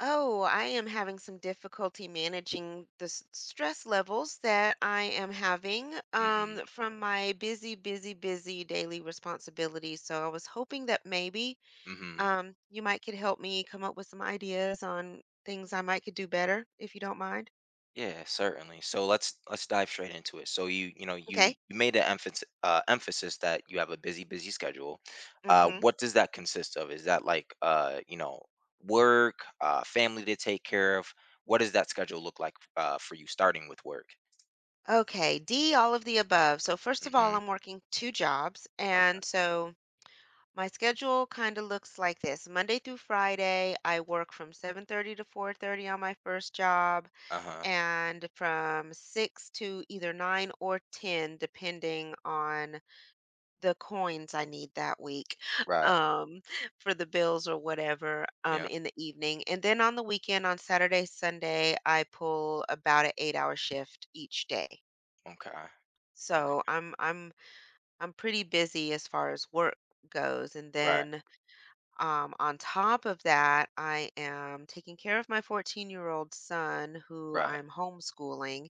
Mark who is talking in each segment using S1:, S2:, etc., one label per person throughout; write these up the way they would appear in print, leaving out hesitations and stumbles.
S1: Oh, I am having some difficulty managing the stress levels that I am having
S2: Mhm.
S1: from my busy, busy, busy daily responsibilities. So I was hoping that maybe
S2: Mhm.
S1: you might could help me come up with some ideas on things I might could do better, if you don't mind.
S2: Yeah, certainly. So let's dive straight into it. So you you know you
S1: Okay.
S2: you made an emphasis that you have a busy schedule. Uh,
S1: Mm-hmm.
S2: what does that consist of? Is that like work, family to take care of? What does that schedule look like for you, starting with work?
S1: Okay. D, all of the above. So first of all,
S2: Mm-hmm.
S1: I'm working two jobs,
S2: Okay.
S1: and so my schedule kind of looks like this. Monday through Friday, I work from 7:30 to 4:30 on my first job
S2: Uh huh.
S1: and from 6 to either 9 or 10 depending on the coins I need that week
S2: Right.
S1: um for the bills or whatever
S2: Yeah.
S1: in the evening. And then on the weekend on Saturday, Sunday, I pull about an 8-hour shift each day.
S2: Okay. Okay.
S1: So, I'm I'm pretty busy as far as work goes. And
S2: Right.
S1: then on top of that, I am taking care of my 14-year-old son who
S2: Right.
S1: I'm homeschooling,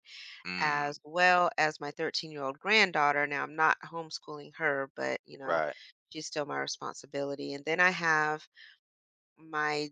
S1: as
S2: Mm.
S1: well as my 13-year-old granddaughter. Now I'm not homeschooling her, but you know,
S2: Right.
S1: she's still my responsibility. And then I have my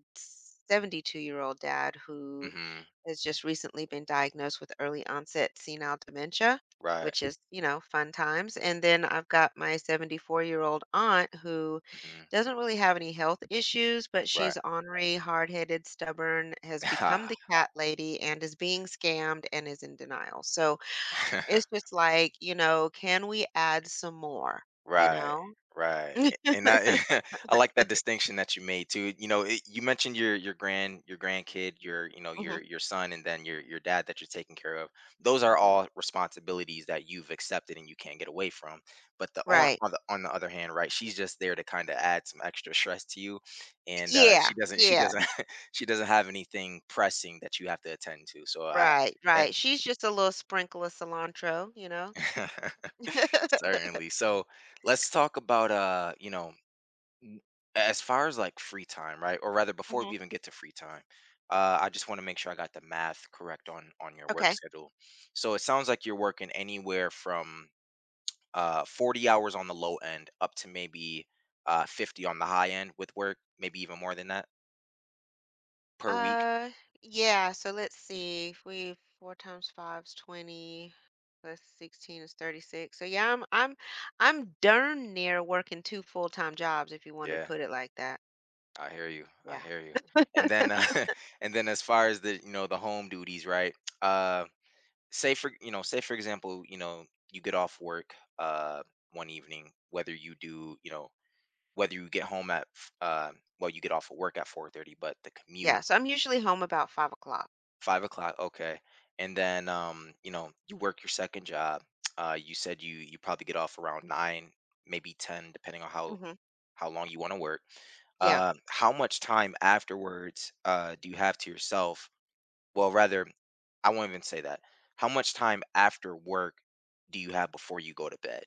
S1: 72-year-old dad who
S2: Mm-hmm.
S1: has just recently been diagnosed with early onset senile dementia,
S2: Right.
S1: which is, you know, fun times. And then I've got my 74-year-old aunt who
S2: Mm-hmm.
S1: doesn't really have any health issues, but
S2: Right.
S1: she's ornery, hard-headed, stubborn, has become the cat lady and is being scammed and is in denial. So
S2: Ha.
S1: it's just like, you know, can we add some more, you
S2: Right,
S1: know?
S2: right, a and I. I like that distinction that you made too, you know, it you mentioned your grandkid, your, you know,
S1: Mhm.
S2: your son, and then your dad that you're taking care of. Those are all responsibilities that you've accepted and you can't get away from, but the
S1: Right.
S2: on the other hand, right, she's just there to kinda add some extra stress to you, and,
S1: Yeah.
S2: she doesn't she
S1: Yeah.
S2: doesn't she doesn't have anything pressing that you have to attend to, so I.
S1: Right,
S2: eh
S1: right. She's just a little sprinkle of cilantro, you know?
S2: Certainly, so let's talk about, n- as far as like free time, right? Or rather, before we
S1: Mhm.
S2: even get to free time, I just want to make sure I got the math correct on your work
S1: Okay.
S2: schedule. So it sounds like you're working anywhere from 40 hours on the low end, up to maybe 50 on the high end with work, maybe even more than that per week.
S1: Uh, yeah. So let's see. If we four times five is 20, plus 16 is 36. So yeah, I'm I'm darn near working two full-time jobs, if you want to
S2: Yeah,
S1: put it like that.
S2: I hear you. I
S1: Yeah.
S2: hear you. And then and then, as far as the you know the home duties, right? Uh, say for example, you get off work one evening, whether you do you know whether you get home at well, you get off of work at 4:30, but the commute.
S1: Yeah. So I'm usually home about 5 o'clock.
S2: 5 o'clock, okay. And then you work your second job. You said you probably get off around 9, maybe 10, depending on how
S1: Hmm.
S2: how long you want to work.
S1: Yeah.
S2: How much time afterwards do you have to yourself? Well, rather, I won't even say that. How much time after work do you have before you go to bed?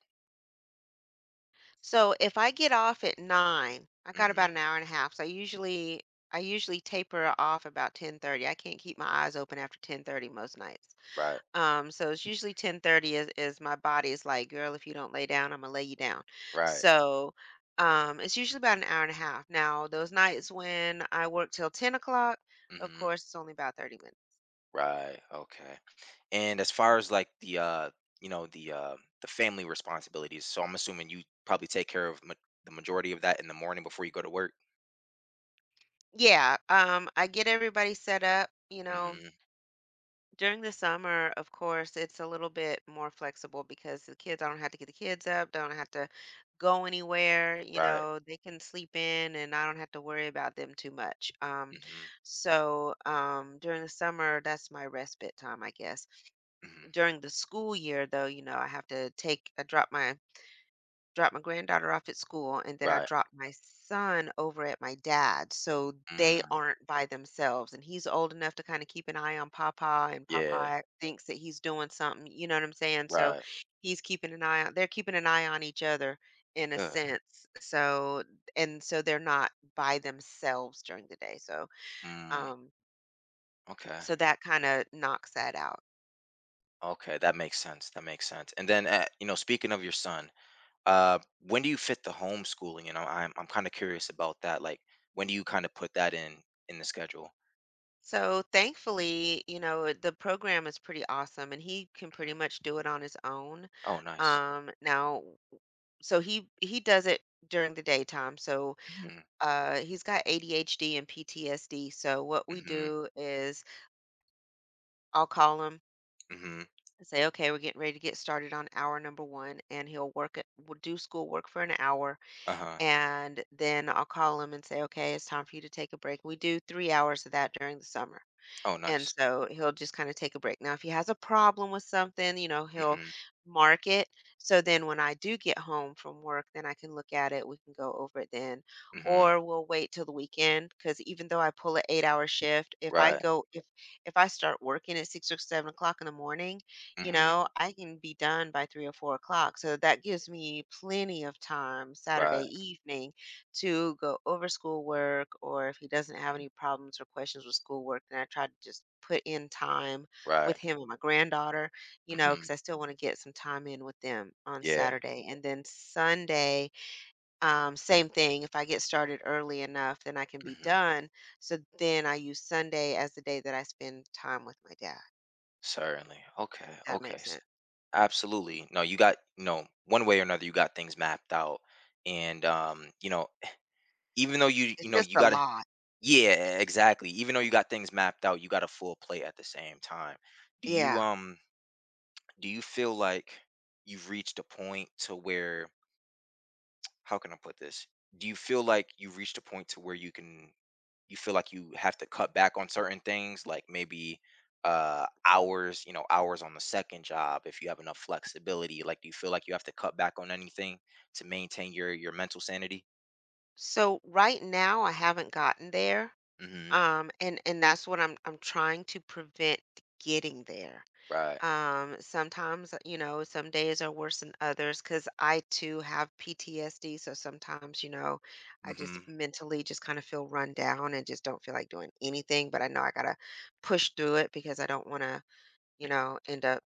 S1: So if I get off at 9, I got
S2: Hmm.
S1: about an hour and a half. So I usually taper off about 10:30. I can't keep my eyes open after 10:30 most nights.
S2: Right.
S1: So it's usually 10:30 is my body's like, girl, if you don't lay down, I'm gonna lay you down.
S2: Right.
S1: So it's usually about an hour and a half. Now, those nights when I work till 10 o'clock, of
S2: Hmm.
S1: course, it's only about 30 minutes.
S2: Right. Okay. And as far as like the you know, the family responsibilities, so I'm assuming you probably take care of the majority of that in the morning before you go to work.
S1: Yeah, I get everybody set up, you know.
S2: Hmm.
S1: During the summer, of course, it's a little bit more flexible because the kids, I don't have to get the kids up, don't have to go anywhere, you
S2: Right.
S1: know, they can sleep in and I don't have to worry about them too much.
S2: Hmm.
S1: During the summer, that's my respite time, I guess.
S2: Hmm.
S1: During the school year, though, you know, I have to take, I dropped my granddaughter off at school, and then I
S2: Right.
S1: dropped my son over at my dad's, so they
S2: Mm.
S1: aren't by themselves, and he's old enough to kinda keep an eye on papa, and
S2: Yeah.
S1: papa thinks that he's doing something, you know what I'm saying? So,
S2: Right.
S1: he's keeping an eye on they're keeping an eye on each other in a
S2: Good.
S1: sense, so and so they're not by themselves during the day, so,
S2: Mm.
S1: um,
S2: Okay.
S1: so that kinda knocks that out.
S2: Okay. That makes sense. That makes sense. And then, you know, speaking of your son, when do you fit the homeschooling? And I'm kind of curious about that. Like, when do you kind of put that in the schedule?
S1: So thankfully, you know, the program is pretty awesome and he can pretty
S2: Hmm.
S1: much do it on his own.
S2: Oh, nice.
S1: Now so he does it during the daytime. So
S2: Hmm.
S1: he's got ADHD and PTSD. So what we
S2: Hmm.
S1: do is I'll call him
S2: Hmm.
S1: and say, "Okay, we're getting ready to get started on hour number 1." And he'll work it we'll do school work for an hour
S2: Uh-huh.
S1: and then I'll call him and say, "Okay, it's time for you to take a break." We do 3 hours of that during the summer.
S2: Oh,
S1: And
S2: nice.
S1: so he'll just kind of take a break. Now, if he has a problem with something, you know, he'll
S2: Hmm.
S1: mark it. So then when I do get home from work, then I can look at it. We can go over it then.
S2: Hmm.
S1: Or we'll wait till the weekend because even though I pull an 8 hour shift, if I
S2: Right.
S1: go if if I start working at 6 or 7 o'clock in the morning, you
S2: Hmm.
S1: know, I can be done by 3 or 4 o'clock. So that gives me plenty of time Saturday
S2: Right.
S1: evening to go over schoolwork, or if he doesn't have
S2: Mhm,
S1: any problems or questions with schoolwork, then I try to just put in time
S2: right.
S1: with him and my granddaughter, you know,
S2: Hmm.
S1: because I still want to get some time in with them on
S2: Yeah.
S1: Saturday. And then Sunday, same thing. If I get started early enough, then I can be
S2: Hmm.
S1: done. So then I use Sunday as the day that I spend time with my dad.
S2: Certainly. Okay.
S1: That
S2: Okay.
S1: makes sense.
S2: Absolutely. No, you got no one way or another. You got things mapped out, and even though you you
S1: It's
S2: know
S1: just
S2: you
S1: a
S2: got to.
S1: lot.
S2: Yeah, exactly. Even though you got things mapped out, you got a full plate at the same time. Do you
S1: Yeah.
S2: um do you feel like you've reached a point to where, how can I put this? Do you feel like you've reached a point to where you feel like you have to cut back on certain things, like maybe hours on the second job, if you have enough flexibility? Like, do you feel like you have to cut back on anything to maintain your mental sanity?
S1: So right now I haven't gotten there.
S2: Mhm.
S1: And that's what I'm trying to prevent getting there.
S2: Right.
S1: Sometimes, you know, some days are worse than others because I too have PTSD. So sometimes, you know, I just
S2: Mhm.
S1: mentally just kind of feel run down and just don't feel like doing anything. But I know I gotta push through it because I don't want to, you know, end up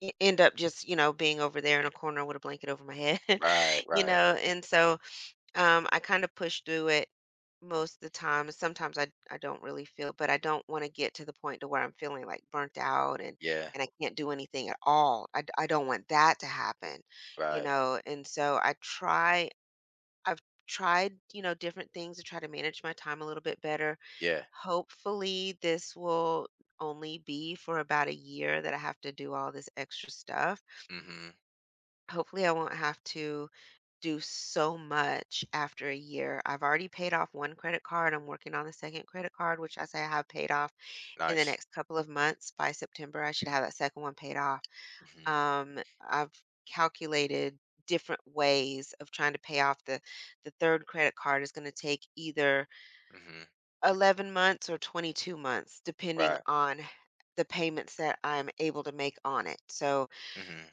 S1: end up just you know being over there in a corner with a blanket over my head
S2: Right,
S1: you
S2: right.
S1: know. And so I kinda push through it most of the time. Sometimes I don't really feel, but I don't wanna get to the point to where I'm feeling, like, burnt out
S2: Yeah,
S1: and I can't do anything at all. I don't want that to happen, you
S2: right.
S1: know, and so I've tried, you know, different things to try to manage my time a little bit better.
S2: Yeah.
S1: Hopefully, this will only be for about a year that I have to do all this extra stuff.
S2: Mhm.
S1: Hopefully, I won't have to do so much after a year. I've already paid off one credit card. I'm working on the second credit card, which I say I have paid off in the
S2: Nice.
S1: next couple of months. By September, I should have that second one paid off.
S2: Mhm.
S1: Um, I've calculated different ways of trying to pay off the third credit card. Is going to take either
S2: Mhm.
S1: 11 months or 22 months depending
S2: Right.
S1: on the payments that I'm able to make on it. So
S2: Mhm.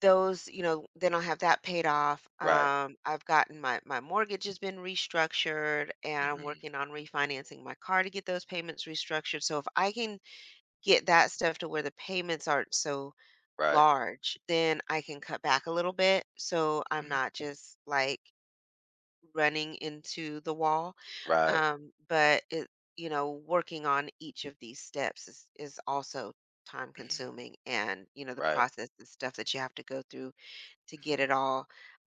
S1: those, you know, then I'll have that paid off.
S2: Right.
S1: I've gotten my my mortgage has been restructured, and I'm
S2: Mhm.
S1: working on refinancing my car to get those payments restructured. So if I can get that stuff to where the payments aren't so
S2: Right.
S1: large, then I can cut back a little bit, so I'm
S2: Mhm.
S1: not just like running into the wall.
S2: Right.
S1: But it, you know, working on each of these steps is also time
S2: Mhm.
S1: consuming, and you know, the
S2: Right.
S1: process and stuff that you have to go through to get
S2: Mhm.
S1: it all.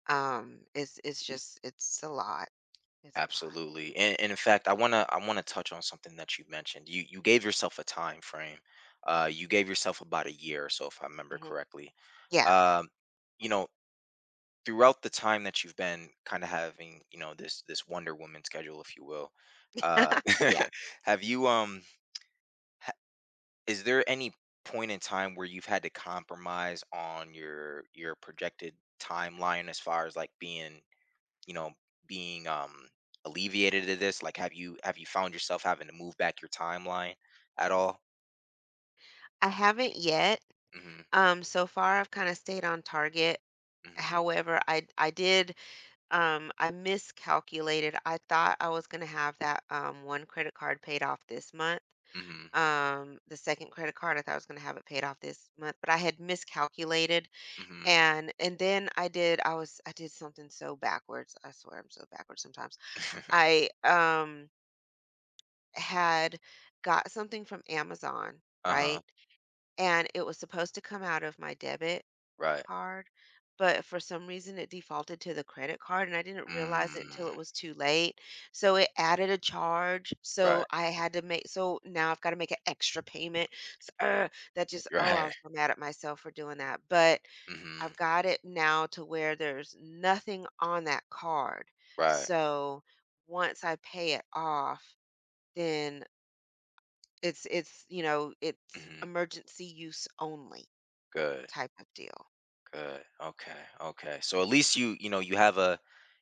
S1: It's Mm. just it's a lot. It's a lot.
S2: Absolutely. And in fact, I want to touch on something that you mentioned. You gave yourself a time frame. You gave yourself about a year or so, if I remember
S1: Mhm.
S2: correctly.
S1: Yeah.
S2: Um you know, Throughout the time that you've been kind of having, this Wonder Woman schedule, if you will. Uh
S1: Yeah.
S2: have you Is there any point in time where you've had to compromise on your projected timeline as far as like being, you know, being um alleviated to this? Like, have you, found yourself having to move back your timeline at all?
S1: I haven't yet.
S2: Mhm.
S1: So far I've kind of stayed on target.
S2: Mhm.
S1: However, I miscalculated. I thought I was gonna have that one credit card paid off this month.
S2: Mhm.
S1: The second credit card, I thought I was gonna have it paid off this month, but I had miscalculated.
S2: Mhm.
S1: And then I did something so backwards. I swear I'm so backwards sometimes. I had got something from Amazon,
S2: Uh-huh.
S1: right? And it was supposed to come out of my debit
S2: Right.
S1: card, but for some reason it defaulted to the credit card and I didn't realize it until
S2: Mm.
S1: it was too late. So it added a charge. So
S2: Right.
S1: I had to make so now I've got to make an extra payment. So, that just, oh, I
S2: Right.
S1: was so mad at myself for doing that. But
S2: Mhm.
S1: I've got it now to where there's nothing on that card.
S2: Right.
S1: So once I pay it off, then you know, it's
S2: Mhm.
S1: emergency use only
S2: Good.
S1: type of deal.
S2: Good. Okay. Okay. So at least you you know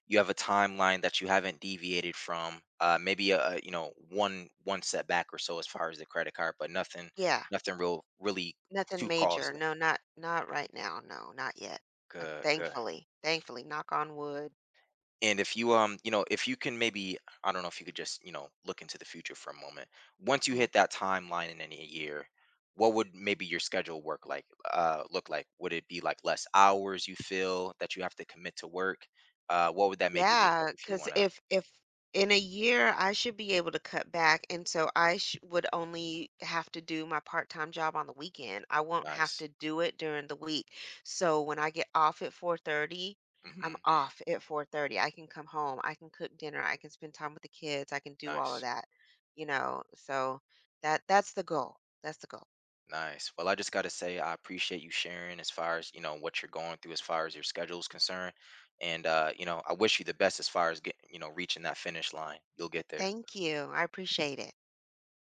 S2: you have a timeline that you haven't deviated from. Maybe a you know one one setback or so as far as the credit card, but
S1: Yeah,
S2: nothing real really
S1: nothing
S2: too
S1: major.
S2: costly.
S1: No, not not right now. No, not yet. And
S2: Good. Good.
S1: thankfully, thankfully, knock on wood.
S2: And if you, if you can, maybe, I don't know, if you could just, look into the future for a moment. Once you hit that timeline in any year, what would maybe your schedule work like look like? Would it be like less hours you feel that you have to commit to work? What would that maybe look like,
S1: Yeah,
S2: if you
S1: cause
S2: wanna?
S1: if in a year, I should be able to cut back, and so I sh would only have to do my part-time job on the weekend. I won't have
S2: Nice.
S1: to do it during the week. So when I get off at 4:30,
S2: Mm-hmm.
S1: I'm off at 4:30. I can come home, I can cook dinner, I can spend time with the kids, I can do all of
S2: Nice.
S1: that, you know? So that that's the goal. That's the goal.
S2: Nice. Well, I just gotta say I appreciate you sharing as far as, what you're going through as far as your schedule is concerned. And I wish you the best as far as reaching that finish line. You'll get there.
S1: Thank you. I appreciate it.